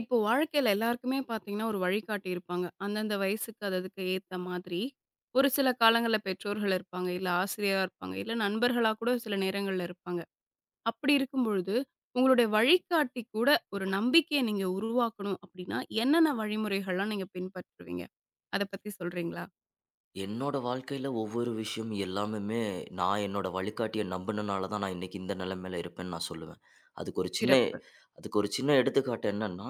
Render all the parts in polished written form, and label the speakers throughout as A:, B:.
A: இப்போ வாழ்க்கையில எல்லாருக்குமே பார்த்தீங்கன்னா, ஒரு வழிகாட்டி இருப்பாங்க. அந்தந்த வயசுக்கு அது அதுக்கு ஏத்த மாதிரி. ஒரு சில காலங்கள்ல பெற்றோர்கள் இருப்பாங்க, இல்ல ஆசிரியரா இருப்பாங்க, இல்ல நண்பர்களா கூட சில நேரங்கள்ல இருப்பாங்க. அப்படி இருக்கும் பொழுது, உங்களுடைய வழிகாட்டி கூட ஒரு நம்பிக்கைய நீங்க உருவாக்கணும் அப்படின்னா, என்னென்ன வழிமுறைகள்லாம் நீங்க பின்பற்றுவீங்க? அத பத்தி சொல்றீங்களா?
B: என்னோட வாழ்க்கையில ஒவ்வொரு விஷயம் எல்லாமுமே நான் என்னோட வழிகாட்டிய நம்பினனால தான் நான் இன்னைக்கு இந்த நிலைமையில இருப்பேன்னு நான் சொல்லுவேன். அதுக்கு ஒரு சின்ன
A: சிறப்பு.
B: அதுக்கு ஒரு சின்ன எடுத்துக்காட்டு என்னன்னா,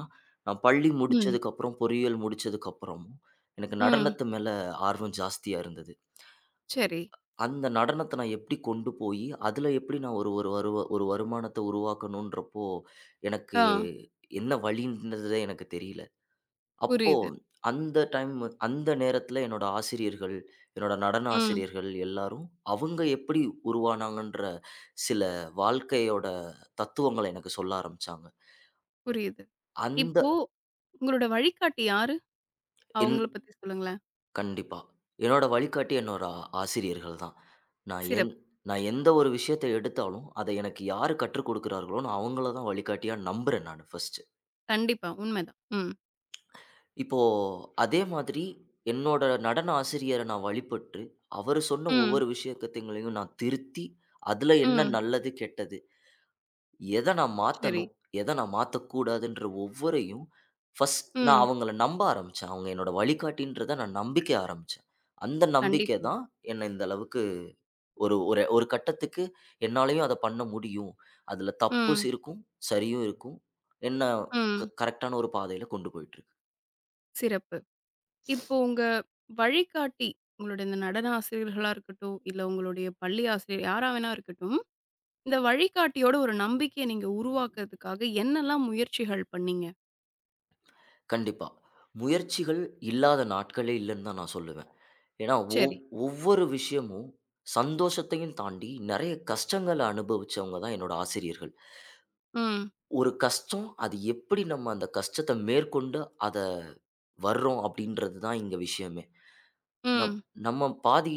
B: நான் பள்ளி
A: ம்.
B: முடிச்சதுக்கப்புறம், பொறியியல் முடிச்சதுக்கப்புறமும் எனக்கு
A: ம்.
B: நடனத்து மேல ஆர்வம் ஜாஸ்தியா இருந்தது.
A: சரி.
B: அந்த நடனத்த நான் எப்படி கொண்டு போய், அதுல எப்படி நான் ஒரு ஒரு வருவ ஒரு வருமானத்த உருவாக்கணுன்றப்போ, எனக்கு
A: ஆ.
B: என்ன வழின்றதே எனக்கு தெரியல. அப்போ
A: புரியுது.
B: அந்த டைம் அந்த நேரத்துல என்னோட ஆசிரியர்கள், என்னோட நடன
A: ம்.
B: ஆசிரியர்கள் எல்லாரும், அவங்க எப்படி உருவானாங்கன்ற சில வாழ்க்கையோட தத்துவங்கள எனக்கு சொல்ல ஆரம்பிச்சாங்க.
A: புரியுது.
B: அந்த
A: இப்போ உங்களோட வழிகாட்டி யாரு?
B: என்
A: அவங்கள பத்தி சொல்லுங்களேன்.
B: கண்டிப்பா. என்னோட வழிகாட்டி என்னோட ஆசிரியர்கள் தான். நான் எந்
A: சிறப்பு.
B: நான் எந்த ஒரு விஷயத்த எடுத்தாலும், அத எனக்கு யாரு கற்றுக் குடுக்கிறார்களோன்னு அவங்கள தான் வழிகாட்டியா நம்புறேன் நானு ஃபர்ஸ்ட்.
A: கண்டிப்பா. உண்மைதான். ம்.
B: இப்போ அதே மாதிரி என்னோட நடன ஆசிரியர நான் வழிபட்டு, அவரு சொன்ன
A: ம்.
B: ஒவ்வொரு விஷயக்கத்தைங்களையும் நான் திருத்தி, அதுல என்ன
A: ம்.
B: நல்லது, கெட்டது, எத நான்
A: சரி.
B: மாத்தணும், எத நான் மாத்தக்கூடாதுன்ற ஒவ்வொரையும் ஃபர்ஸ்ட் நான்
A: ம்.
B: அவங்கள நம்ப ஆரம்பிச்சேன். அவங்க என்னோட வழிகாட்டின்றத நான் நம்பிக்க ஆரம்பிச்சேன். அந்த நம்பிக்கை
A: கண்டிப்பா.
B: தான் என்ன இந்த அளவுக்கு ஒரு ஒரு ஒரு கட்டத்துக்கு என்னாலயும் அத பண்ண முடியும். அதுல தப்பும்
A: ம்.
B: இருக்கும், சரியும் இருக்கும். என்ன
A: ம்.
B: கரெக்ட்டான ஒரு பாதையில கொண்டு போயிட்டுருக்கு.
A: சிறப்பு. இப்போ உங்க வழிகாட்டி, உங்களுடைய இந்த நடன ஆசிரியர்களா இருக்கட்டும், இல்ல உங்களுடைய பள்ளி ஆசிரியர் யாரா வேணா இருக்கட்டும், இந்த வழிகாட்டியோட ஒரு நம்பிக்கைய நீங்க உருவாக்குறதுக்காக என்னலாம் முயற்சிகள் பண்ணீங்க?
B: கண்டிப்பா. முயற்சிகள் இல்லாத நாட்களே இல்லன்னு தான் நான் சொல்லுவேன். ஏன்னா, ஒவ்
A: சரி.
B: ஒவ்வொரு விஷயமும் சந்தோஷத்தையும் தாண்டி நெறைய கஷ்டங்கள அனுபவிச்சவங்க தான் என்னோட ஆசிரியர்கள்.
A: ம்.
B: ஒரு கஷ்டம் அது எப்படி நம்ம அந்த கஷ்டத்த மேற்கொண்டு அத வர்றோம் அப்படின்றது தான் இங்க விஷயமே. நம்
A: ம்.
B: நம்ம பாதி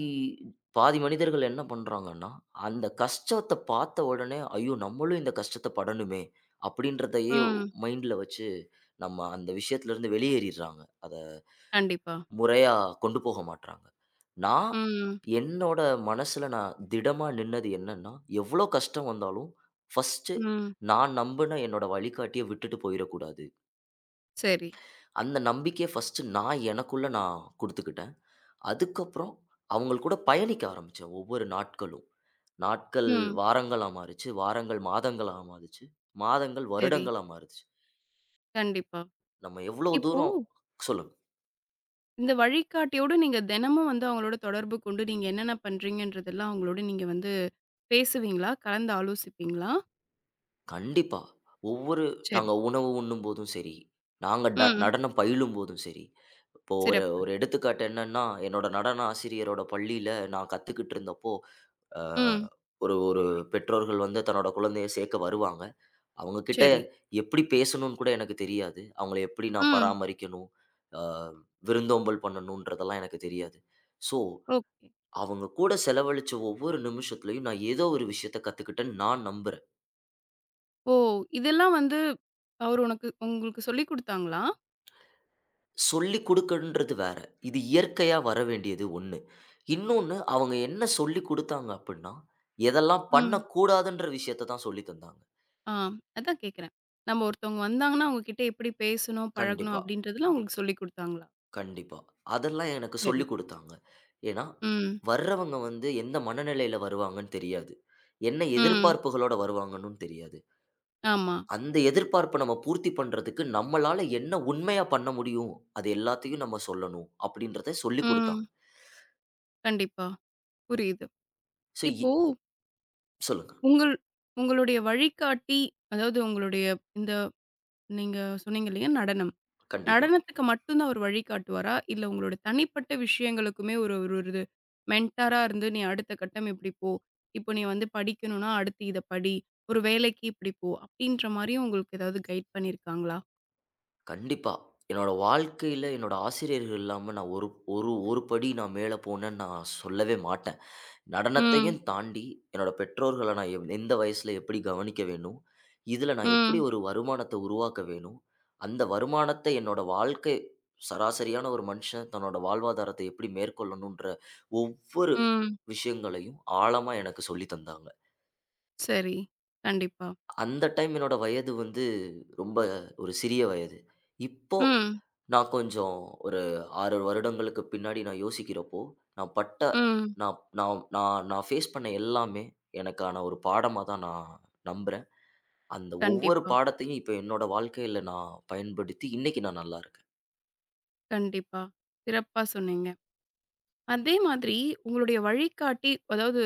B: பாதி மனிதர்கள் என்ன பண்றாங்கன்னா, அந்த கஷ்டத்த பார்த்த உடனே, "ஐயோ! நம்மளும் இந்த கஷ்டத்த படணுமே" அப்படின்றதையே
A: ம்.
B: மைண்ட்ல வச்சு நம்ம அந்த விஷயத்துலருந்து வெளியேறிர்றாங்க. அத
A: கண்டிப்பா.
B: முறையா கொண்டு போக மாட்றாங்க. நான்
A: ம்.
B: என்னோட மனசுல நான் திடமா நின்னது என்னன்னா, எவ்ளோ கஷ்டம் வந்தாலும் ஃபர்ஸ்ட்டு
A: ம்.
B: நான் நம்புன என்னோட வழிகாட்டிய விட்டுட்டு போயிறக்கூடாது.
A: சரி.
B: அந்த நம்பிக்கைய ஃபர்ஸ்ட்டு நான் எனக்குள்ள நான் குடுத்துக்கிட்டேன். அதுக்கப்புறம் அவங்கள் கூட பயணிக்க ஆரம்பிச்சேன் ஒவ்வொரு நாட்களும். நாட்கள்
A: ம்.
B: வாரங்களா மாறுச்சு. வாரங்கள் மாதங்களா மாறுச்சு. மாதங்கள்
A: சரி.
B: வருடங்களா மாறுச்சு.
A: கண்டிப்பா.
B: நம்ம எவ்ளோ
A: இப்போ
B: தூரம் சொல்லுங்க.
A: இந்த வழிகாட்டியோட நீங்க தினமும் வந்து அவங்களோட தொடர்பு கொண்டு நீங்க என்னென்ன பண்றீங்கன்றதெல்லாம் அவங்களோட நீங்க வந்து பேசுவீங்களா? கலந்து ஆலோசிப்பீங்களா?
B: கண்டிப்பா. ஒவ்வொரு நாங்க
A: சரி.
B: உணவு உண்ணும்போதும் சரி, நாங்க
A: ம். ம்.
B: நடனம் பயிலும்போதும் சரி, இப்போ ஒரு
A: சிறப்பு.
B: ஒரு எடுத்துக்காட்டு என்னன்னா, என்னோட நடன ஆசிரியரோட பள்ளியில நான் கத்துக்கிட்டு இருந்தப்போ, அ
A: ம்.
B: ஒரு ஒரு பெற்றோர்கள் வந்து தன்னோட குழந்தைய சேர்க்க வருவாங்க. அவங்க கிட்ட
A: சரி.
B: எப்படி பேசணும்னு கூட எனக்கு தெரியாது. அவங்கள எப்படி நான்
A: ம்.
B: பராமரிக்கணும், அ விருந்தோம்பல் பண்ணணுன்றதெல்லாம் எனக்கு தெரியாது. So,
A: okay.
B: அவங்க கூட செலவழிச்ச ஒவ்வொரு நிமிஷத்துலயும் நான் ஏதோ ஒரு விஷயத்த கத்துக்கிட்டேன்னு நான் நம்புறேன்.
A: ஓ! இதெல்லாம் வந்து அவரு உனக்கு உங்களுக்கு சொல்லிக் குடுத்தாங்களா?
B: சொல்லிக் குடுக்கன்றது வேற. இது இயற்கையா வர வேண்டியது ஒண்ணு. இன்னொன்னு அவங்க என்ன சொல்லிக் குடுத்தாங்க அப்புட்ன்னா, எதெல்லாம்
A: ம்.
B: பண்ணக்கூடாதுன்ற விஷயத்த தான் சொல்லித் தந்தாங்க.
A: ஆ அதான் கேட்கிறேன். நம்ம ஒருத்தவங்க வந்தாங்கன்னா, அவங்க கிட்ட எப்படி பேசணும், பழகணும்
B: கண்டிப்பா,
A: அப்படின்றதெல்லாம் உங்களுக்கு சொல்லிக் குடுத்தாங்களா?
B: கண்டிப்பா. அதெல்லாம் எனக்கு
A: சரி.
B: சொல்லிக் குடுத்தாங்க. ஏன்னா,
A: ம்.
B: வர்றவங்க வந்து எந்த மனநிலையில வருவாங்கன்னு தெரியாது. என்ன
A: ம்.
B: எதிர்பார்ப்புகளோட வருவாங்கன்னும் தெரியாது.
A: ஆமா.
B: அந்த எதிர்பார்ப்ப நம்ம பூர்த்தி பண்றதுக்கு நம்மளால என்ன உண்மையா பண்ண முடியும்? அது எல்லாத்தையும் நம்ம சொல்லணும், அப்படின்றத சொல்லிக் குடுத்தாங்க.
A: ம். கண்டிப்பா. புரியுது.
B: ஸோ இ
A: இப்போ
B: சொல்லுங்க.
A: உங்கள் உங்களுடைய வழிகாட்டி, அதாவது உங்களுடைய இந்த நீங்க சொன்னீங்க இல்லையா நடனம்.
B: கண்டிப்பா.
A: நடனத்துக்கு மட்டும் தான் அவரு வழி காட்டுவாரா? இல்ல உங்களோட தனிப்பட்ட விஷயங்களுக்குமே ஒரு ஒரு ஒரு மென்டாரா இருந்து, "நீ அடுத்த கட்டம் இப்படி போ. இப்போ நீ வந்து படிக்கணும்னா, அடுத்து இத படி. ஒரு வேலைக்கு இப்படி போ." அப்படீன்ற மாரியும் உங்களுக்கு ஏதாவது கைட் பண்ணியிருக்காங்களா?
B: கண்டிப்பா. என்னோட வாழ்க்கையில என்னோட ஆசிரியர்கள் இல்லாம நான் ஒரு ஒரு ஒரு படி நான் மேல போனேன்னு நான் சொல்லவே மாட்டேன்.
A: ம்.
B: நடனத்தையும் தாண்டி என்னோட பெற்றோர்கள நான் எந்த வயசுல எப்படி கவனிக்க வேணும்? இதுல நான் எப்படி
A: ம்.
B: ஒரு வருமானத்த உருவாக்க வேணும்? அந்த வருமானத்த என்னோட வாழ்க்கை சராசரியான ஒரு மனுஷன் தன்னோட வாழ்வாதாரத்த எப்படி மேற்கொள்ளணுன்ற ஒவ்வொரு
A: ம்.
B: விஷயங்களையும் ஆழமா எனக்கு சொல்லி தந்தாங்க.
A: சரி. கண்டிப்பா.
B: அந்த டைம் என்னோட வயது வந்து ரொம்ப ஒரு சிறிய வயது. இப்போ
A: ம்.
B: நான் கொஞ்சம் ஒரு 6 வருடங்களுக்கு பின்னாடி நான் யோசிக்கிறப்போ, நான் பட்ட
A: ம்.
B: நான் நான் நான் நான் ஃபேஸ் பண்ண எல்லாமே எனக்கான ஒரு பாடமா தான் நான் நம்புறேன். அந்த ஒவ்வொரு
A: கண்டிப்பா,
B: பாடத்தையும் இப்ப என்னோட வாழ்க்கையில நான் பயன்படுத்தி இன்னைக்கு நான் நல்லா இருக்கேன்.
A: கண்டிப்பா. சிறப்பா சொன்னீங்க. அதே மாதிரி உங்களுடைய வழிகாட்டி அதாவது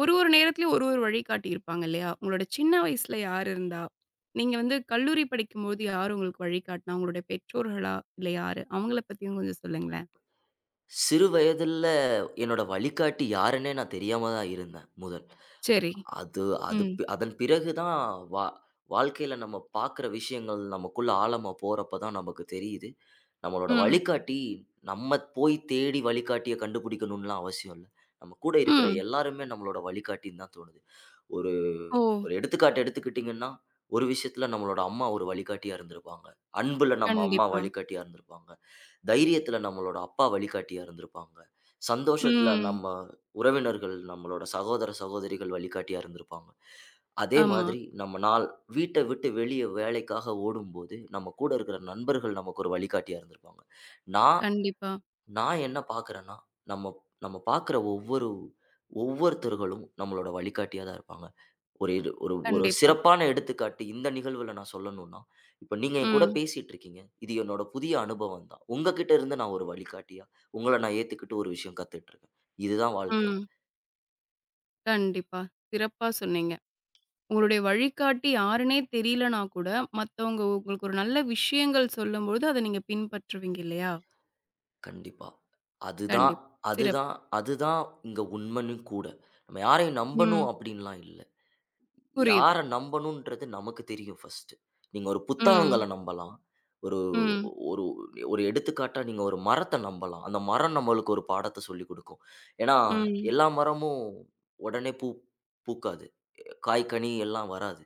A: ஒரு ஒரு நேரத்திலயும் ஒரு ஒரு வழி காட்டியிருப்பாங்க இல்லையா? உங்களோட சின்ன வயசுல யார் இருந்தா? நீங்க வந்து கல்லூரி படிக்கும்போது யார் உங்களுக்கு வழிகாட்டுனா? உங்களுடைய பெற்றோர்களா? இல்ல யாரு? அவங்கள பத்தியும் கொஞ்சம் சொல்லுங்களேன்.
B: சிறு வயதில என்னோட வழிகாட்டி யாருன்னே நான் தெரியாம தான் இருந்தேன் முதல்.
A: சரி.
B: அது அது
A: ம்.
B: பி அதன் பிறகு தான் வா வாழ்க்கையில நம்ம பார்க்குற விஷயங்கள் நமக்குள்ள ஆழமா போறப்ப தான் நமக்கு தெரியுது. நம்மளோட
A: ம்.
B: வழிகாட்டி நம்ம போய் தேடி வழிகாட்டிய கண்டுபிடிக்கணும்லாம் அவசியம் இல்ல. நம்ம கூட இருக்கிற
A: ம்.
B: எல்லாருமே நம்மளோட வழிகாட்டின்னு தான் தோணுது. ஒரு
A: ஓ!
B: ஒரு எடுத்துக்காட்டு எடுத்துக்கிட்டிங்கன்னா, ஒரு விஷயத்துல நம்மளோட அம்மா ஒரு வழிகாட்டியா இருந்திருப்பாங்க. அன்புல நம்ம அம்மா
A: கண்டிப்பா.
B: வழிகாட்டியா இருந்திருப்பாங்க. தைரியத்துல நம்மளோட அப்பா வழிகாட்டியா இருந்திருப்பாங்க. சந்தோஷத்துல
A: ம்.
B: நம்ம உறவினர்கள், நம்மளோட சகோதர, சகோதரிகள் வழிகாட்டியா இருந்திருப்பாங்க. அதே
A: ஆமா.
B: மாதிரி நம்ம வீட்ட விட்டு வெளிய வேலைக்காக ஓடும்போது, நம்ம கூட இருக்கிற நண்பர்கள் நமக்கு ஒரு வழிகாட்டியா இருந்திருப்பாங்க. நான்
A: கண்டிப்பா,
B: நான் என்ன பார்க்கிறேன்னா, நம்ம நம்ம பார்க்கிற ஒவ்வொருத்தர்களும் நம்மளோட வழிகாட்டியா தான் இருப்பாங்க. இது ஒரு ஒரு
A: கண்டிப்பா.
B: சிறப்பான எடுத்துக்காட்டு இந்த நிகழ்வுல நான் சொல்லணும்னா, இப்ப நீங்க என் கூட
A: ம்.
B: பேசிட்டு இருக்கீங்க. இது என்னோட புதிய அனுபவம் தான். உங்ககிட்ட இருந்து நான் ஒரு வழிகாட்டியா, உங்கள நான் ஏத்துக்கிட்டு ஒரு விஷயம் கத்துட்டு இருக்கேன். இதுதான் வாழ்க்கையில.
A: ம். கண்டிப்பா. சிறப்பா சொன்னீங்க. உங்களுடைய வழிகாட்டி யாருன்னே தெரியலனா கூட, மத்தவங்க உங்களுக்கு ஒரு நல்ல விஷயங்கள் சொல்லும்போது, அத நீங்க பின்பற்றுவீங்க இல்லையா?
B: கண்டிப்பா. அதுதான்
A: கண்டிப்பா. சிறப்பு.
B: அதுதான் அதுதான் இங்க உண்மன்னு கூட. நம்ம யாரையும் நம்பணும்
A: ம்.
B: அப்படின்லாம் இல்ல.
A: புரியுது.
B: யார நம்பணுன்றது நமக்கு தெரியும் ஃபர்ஸ்ட்டு. நீங்க ஒரு புத்தகங்கள
A: ம்.
B: நம்பலாம். ஒரு
A: ம்.
B: ஒரு ஒரு எடுத்துக்காட்டா நீங்க ஒரு மரத்த நம்பலாம். அந்த மரம் நம்மளுக்கு ஒரு பாடத்த சொல்லிக் குடுக்கும். ஏன்னா,
A: ம்.
B: எல்லா மரமும் உடனே பூக்காது. காய், கனி எல்லாம் வராது.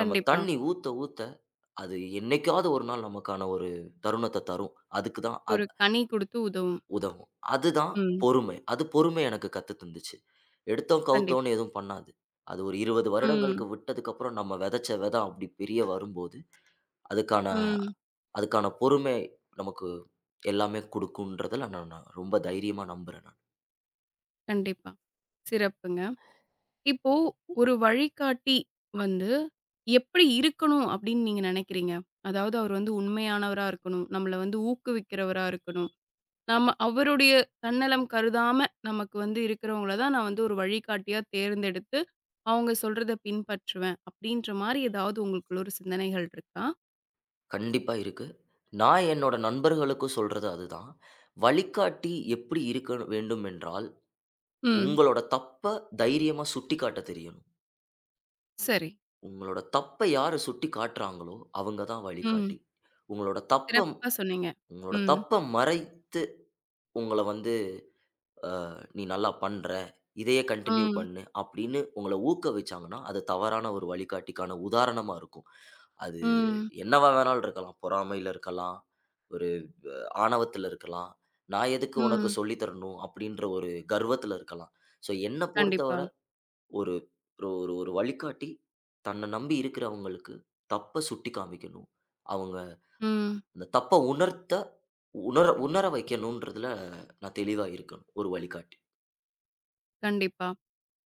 B: நம்ம தண்ணி ஊத்த ஊத்த அது என்னைக்காவது ஒரு நாள் நமக்கான ஒரு தருணத்த தரும். அதுக்கு தான்
A: ஒரு கனி குடுத்து உதவும்.
B: உதவும். அதுதான்
A: ம்.
B: பொறுமை. அது பொறுமை எனக்கு கத்து தந்துச்சு. எடுத்தோம்,
A: கண்டிப்பா.
B: கவுத்தோம்ன்னு எதுவும் பண்ணாது. அது ஒரு 20 வருடங்களுக்கு
A: ம்.
B: விட்டதுக்கப்புறம் நம்ம விதைச்ச விதை அப்படி பெரிய வரும்போது, அதுக்கான
A: ம்.
B: அதுக்கான பொறுமை நமக்கு எல்லாமே குடுக்கும்ன்றதுல நான் நான் ரொம்ப தைரியமா நம்புறேன் நான்.
A: கண்டிப்பா. சிறப்புங்க. இப்போ ஒரு வழிகாட்டி வந்து எப்படி இருக்கணும் அப்படின்னு நீங்க நெனைக்கிறீங்க? அதாவது அவர் வந்து உண்மையானவரா இருக்கணும். நம்மள வந்து ஊக்குவிக்கிறவரா இருக்கணும். நம்ம அவருடைய தன்னலம் கருதாம நமக்கு வந்து இருக்கிறவங்கள தான் நான் வந்து ஒரு வழிகாட்டியா தேர்ந்தெடுத்து, அவங்க சொல்றத பின்பற்றுவேன். அப்படின்ற மாரி ஏதாவது உங்களுக்குள்ள ஒரு சிந்தனைகள் இருக்கா?
B: கண்டிப்பா இருக்கு. நான் என்னோட நண்பர்களுக்கும் சொல்றது அதுதான். வழிகாட்டி எப்படி இருக்க வேண்டும் என்றால்,
A: ம்.
B: உங்களோட தப்ப தைரியமா சுட்டிக்காட்ட தெரியணும்.
A: சரி.
B: உங்களோட தப்ப யாரு சுட்டிக்காட்டுறாங்களோ, அவங்க தான் வழிகாட்டி.
A: ம்.
B: உங்களோட தப்ப
A: சிறப்பா சொன்னீங்க.
B: உங்களோட
A: ம்,
B: தப்ப மறைத்து உங்கள வந்து, "அ நீ நல்லா பண்ற. இதையே கன்டின்யூ
A: ம்,
B: பண்ணு." அப்படின்னு உங்கள ஊக்குவிச்சாங்கன்னா, அது தவறான ஒரு வழிகாட்டிக்கான உதாரணமா இருக்கும். அது
A: ம்,
B: என்னவா வேணாலும் இருக்கலாம். பொறாமையில இருக்கலாம். ஒரு ஆணவத்துல இருக்கலாம். "நான் எதுக்கு உனக்கு
A: ம்.
B: சொல்லி தரணும்?" அப்படின்ற ஒரு கர்வத்துல இருக்கலாம். ஸோ என்ன
A: கண்டிப்பா.
B: பொறுத்தவர ஒரு ஒரு ஒரு ஒரு வழிகாட்டி தன்ன நம்பி இருக்கிறவங்களுக்கு தப்ப சுட்டிக் காமிக்கணும். அவங்க
A: ம்.
B: அந்த தப்ப உணர உணர வைக்கணுன்றதுல நான் தெளிவா இருக்கணும் ஒரு வழிகாட்டி.
A: கண்டிப்பா.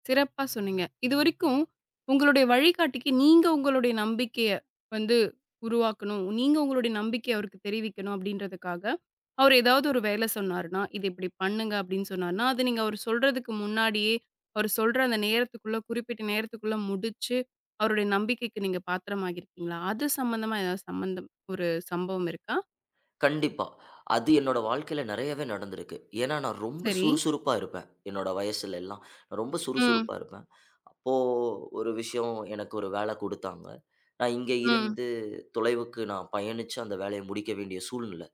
A: சிறப்பா சொன்னீங்க. இதுவரைக்கும் உங்களுடைய வழிகாட்டிக்கு நீங்க உங்களுடைய நம்பிக்கைய வந்து உருவாக்கணும். நீங்க உங்களுடைய நம்பிக்கைய அவருக்கு தெரிவிக்கணும் அப்டின்றதுக்காக, அவர் ஏதாவது ஒரு வேல சொன்னாருன்னா, "இது இப்டி பண்ணுங்க" அப்டின்னு சொன்னாருன்னா, அத நீங்க அவர் சொல்றதுக்கு முன்னாடியே, அவர் சொல்ற அந்த நேரத்துக்குள்ள குறிப்பிட்ட நேரத்துக்குள்ள முடிச்சு, அவருடைய நம்பிக்கைக்கு நீங்க பாத்திரமாகியிருக்கீங்களா? அது சம்மந்தமா ஏதாவது சம்மந்தம் ஒரு சம்பவம் இருக்கா?
B: கண்டிப்பா. அது என்னோட வாழ்க்கையில நெறையவே நடந்திருக்கு. ஏன்னா, நான் ரொம்ப
A: சரி.
B: சுறுசுறுப்பா இருப்பேன். என்னோட வயசுல எல்லாம். நான் ரொம்ப
A: ம்.
B: சுறுசுறுப்பா இருப்பேன். அப்போ ஒரு விஷயம் எனக்கு ஒரு வேல குடுத்தாங்க. நான் இங்க
A: ம்.
B: இருந்து தொலைவுக்கு நான் பயணிச்சு அந்த வேலைய முடிக்க வேண்டிய சூழ்நிலை.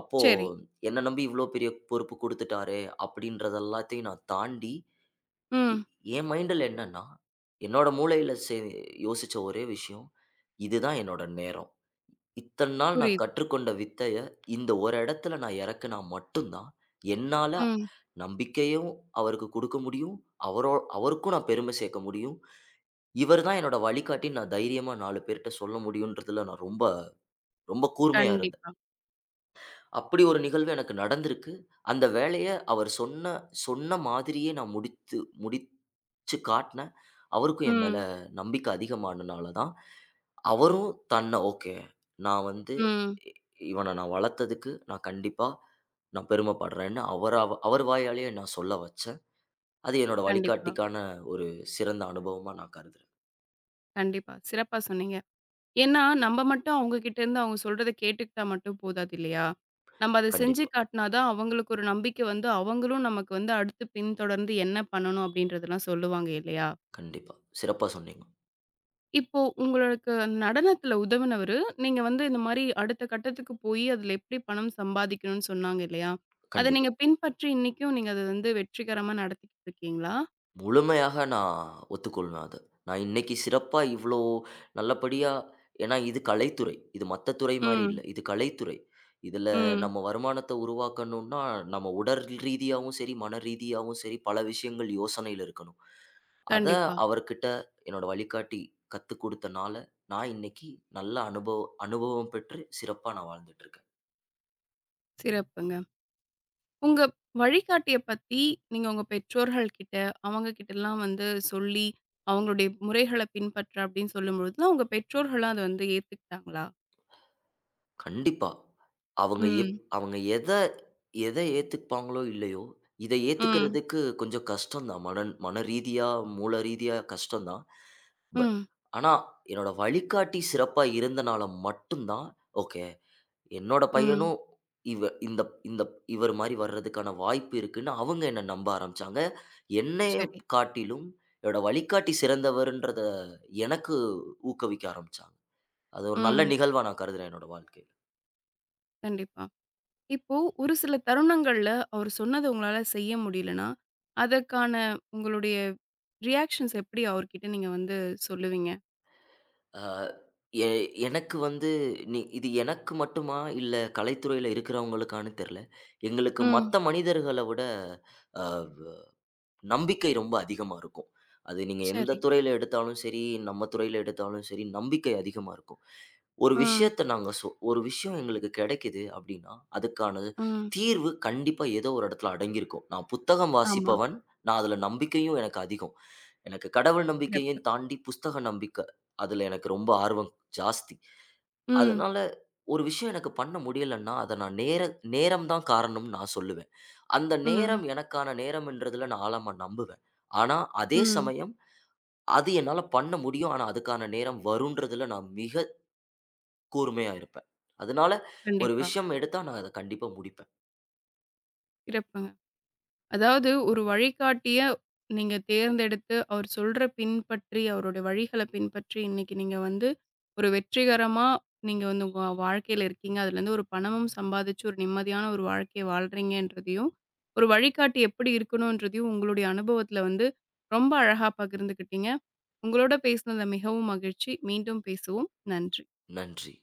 B: அப்போ
A: சரி.
B: என்ன நம்பி இவ்ளோ பெரிய பொறுப்பு குடுத்துட்டாரே! அப்படின்றத எல்லாத்தையும் நான் தாண்டி எ
A: ம்.
B: என் மைண்டுல என்னன்னா, என்னோட மூளையில யோசிச்ச ஒரே விஷயம், இதுதான் என்னோட நேரம். இத்தன நாள் நான்
A: புரியுது.
B: கற்றுக்கொண்ட வித்தைய, இந்த ஒரு இடத்துல நான் இறக்குனா மட்டும் தான், என்னால
A: ம்.
B: நம்பிக்கையும் அவருக்கு குடுக்க முடியும். அவருக்கும் நான் பெருமை சேர்க்க முடியும். இவர் தான் என்னோட வழிகாட்டின்னு நான் தைரியமா 4 பேர்ட்ட சொல்ல முடியுன்றதுல நான் ரொம்ப ரொம்ப கூர்மையா இருந்தேன்.
A: கண்டிப்பா.
B: அப்படி ஒரு நிகழ்வு எனக்கு நடந்திருக்கு. அந்த வேலைய அவர் சொன்ன சொன்ன மாதிரியே நான் முடித்து முடி வச்சு காட்டினேன். அவருக்கும் என் மேல
A: ம்.
B: நம்பிக்கை அதிகமானனால தான், அவரும் தன்னை ஓகே. நான் வந்து
A: ம்.
B: இ இவன நான் வளர்த்ததுக்கு நான் கண்டிப்பா நான் பெருமைப்படுறேன்னு அவர் வாயாலேயே நான் சொல்ல வச்சேன். அது என்னோட
A: கண்டிப்பா,
B: வழிகாட்டிக்கான ஒரு சிறந்த அனுபவமா நான் கருதுறேன்.
A: கண்டிப்பா. சிறப்பா சொன்னீங்க. ஏன்னா, நம்ம மட்டும் அவங்க கிட்டேருந்து அவங்க சொல்றத கேட்டுக்கிட்டா மட்டும் போதாது இல்லையா? நம்ம அத செஞ்சு
B: கண்டிப்பா,
A: காட்டினா தான் அவங்களுக்கு ஒரு நம்பிக்கை வந்து, அவங்களும் நமக்கு வந்து அடுத்து பின்தொடர்ந்து என்ன பண்ணணும் அப்படின்றதெல்லாம் சொல்லுவாங்க இல்லையா?
B: கண்டிப்பா. சிறப்பா சொன்னீங்க.
A: இப்போ உங்களுக்கு நடனத்தில உதவுனவரு, நீங்க வந்து இந்த மாரி அடுத்த கட்டத்துக்கு போயி, அதில எப்படி பணம் சம்பாதிக்கணும்னு சொன்னாங்க இல்லையா? அத
B: கண்டிப்பா.
A: நீங்க பின்பற்றி இன்னைக்கும் நீங்க அத வந்து வெற்றிகரமா நடத்திக்கிட்டு இருக்கீங்களா?
B: முழுமையாக நான் ஒத்துக்கொள்வேன் அத. நான் இன்னைக்கு சிறப்பா இவ்ளோ நல்லபடியா ஏன்னா இது கலைத்துறை. இது மத்த துறை மாரி இல்ல.
A: ம்,
B: இது கலைத்துறை. இதுல
A: ம்.
B: நம்ம வருமானத்த உருவாக்கணும்னா, நம்ம உடல் ரீதியாவும் சரி, மன ரீதியாவும் சரி பல விஷயங்கள் யோசனையில இருக்கணும். அத
A: கண்டிப்பா.
B: அவர்கிட்ட என்னோட வழிகாட்டி கத்துக் குடுத்தனால, நான் இன்னைக்கு நல்ல அனுபவம் பெற்று சிறப்பா நான் வாழ்ந்துட்டுருக்கேன்.
A: சிறப்புங்க. உங்க வழிகாட்டிய பத்தி நீங்க உங்க பெற்றோர்கள் கிட்ட, அவங்க கிட்டலாம் வந்து சொல்லி, அவங்களுடைய முறைகள பின்பற்ற அப்படின்னு சொல்லும்பொழுதுதான், உங்க பெற்றோர்களும் அத வந்து ஏத்துக்கிட்டாங்களா?
B: கண்டிப்பா. அவங்க எப்
A: ம்,
B: அவங்க எத எத ஏத்துப்பாங்களோ இல்லையோ, இத
A: ம்,
B: ஏத்துக்கிறதுக்கு கொஞ்சம் கஷ்டம் தான். மன ரீதியா, மூல ரீதியா கஷ்டம் தான். பட்
A: ம்,
B: ஆனா, என்னோட வழிகாட்டி சிறப்பா இருந்தனால மட்டும் தான், ஓகே என்னோட
A: ம்.
B: பையனும் இவ இந்த இந்த இவர் மாரி வர்றதுக்கான வாய்ப்பு இருக்குன்னு அவங்க என்ன நம்ப ஆரம்பிச்சாங்க. என்னைய
A: சரி.
B: காட்டிலும் என்னோட வழிகாட்டி சிறந்தவர்ன்றத எனக்கு ஊக்குவிக்க ஆரம்பிச்சாங்க. அது ஒரு நல்ல
A: ம்.
B: நிகழ்வா நான் கருதுறேன் என்னோட வாழ்க்கையில.
A: கண்டிப்பா. இப்போ ஒரு சில தருணங்கள்ல அவரு சொன்னத உங்களால செய்ய முடியலன்னா, அதற்கான உங்களுடைய ரியாக்ஷன்ஸ் எப்படி அவர்கிட்ட நீங்க வந்து சொல்லுவீங்க?
B: அ எ எனக்கு வந்து நீ இது எனக்கு மட்டுமா, இல்ல கலைத்துறையில இருக்கிறவங்களுக்கான்னு தெரியல. எங்களுக்கு
A: ம்.
B: மத்த மனிதர்கள விட, அ நம்பிக்கை ரொம்ப அதிகமா இருக்கும். அது நீங்க எந்த
A: சரி.
B: துறையில எடுத்தாலும் சரி, நம்ம துறையில எடுத்தாலும் சரி, நம்பிக்கை அதிகமா இருக்கும். ஒரு
A: ம்,
B: விஷயத்த நாங்க சொ ஒரு விஷயம் எங்களுக்கு கிடைக்குது அப்படின்னா, அதுக்கான
A: ம்.
B: தீர்வு கண்டிப்பா ஏதோ ஒரு இடத்துல அடங்கியிருக்கும். நான் புத்தகம்
A: ஆமா.
B: வாசிப்பவன். நான் அதுல நம்பிக்கையும் எனக்கு அதிகம். எனக்கு கடவுள் நம்பிக்கையும்
A: சிறப்பு.
B: தாண்டி புஸ்தக நம்பிக்கை. அதுல எனக்கு ரொம்ப ஆர்வம் ஜாஸ்தி.
A: ம்,
B: அதனால ஒரு விஷயம் எனக்கு பண்ண முடியலன்னா, அத நான் நேரம் தான் காரணம்னு நான் சொல்லுவேன். அந்த நேரம்
A: ம்,
B: எனக்கான நேரம்ன்றதுல நான் ஆழமா நம்புவேன். ஆனா, அதே
A: ம்.
B: சமயம் அது என்னால பண்ண முடியும். ஆனா, அதுக்கான நேரம் வருன்றதுல நான் மிக கூர்மையா இருப்பேன். அதனால ஒரு
A: கண்டிப்பா.
B: விஷயம் எடுத்தா நான் அத கண்டிப்பா முடிப்பேன்.
A: சிறப்புங்க. அதாவது ஒரு வழிகாட்டிய நீங்க தேர்ந்தெடுத்து, அவர் சொல்ற பின்பற்றி, அவருடைய வழிகள பின்பற்றி, இன்னைக்கு நீங்க வந்து ஒரு வெற்றிகரமா நீங்க வந்து உங்க வாழ்க்கையில இருக்கீங்க. அதுலேருந்து ஒரு பணமும் சம்பாதிச்சு, ஒரு நிம்மதியான ஒரு வாழ்க்கைய வாழ்றீங்கன்றதையும், ஒரு வழிகாட்டி எப்படி இருக்கணுன்றதையும் உங்களுடைய அனுபவத்தில வந்து ரொம்ப அழகா பகிர்ந்துக்கிட்டீங்க. உங்களோட பேசினதில மிகவும் மகிழ்ச்சி. மீண்டும் பேசுவோம். நன்றி.
B: நன்றி.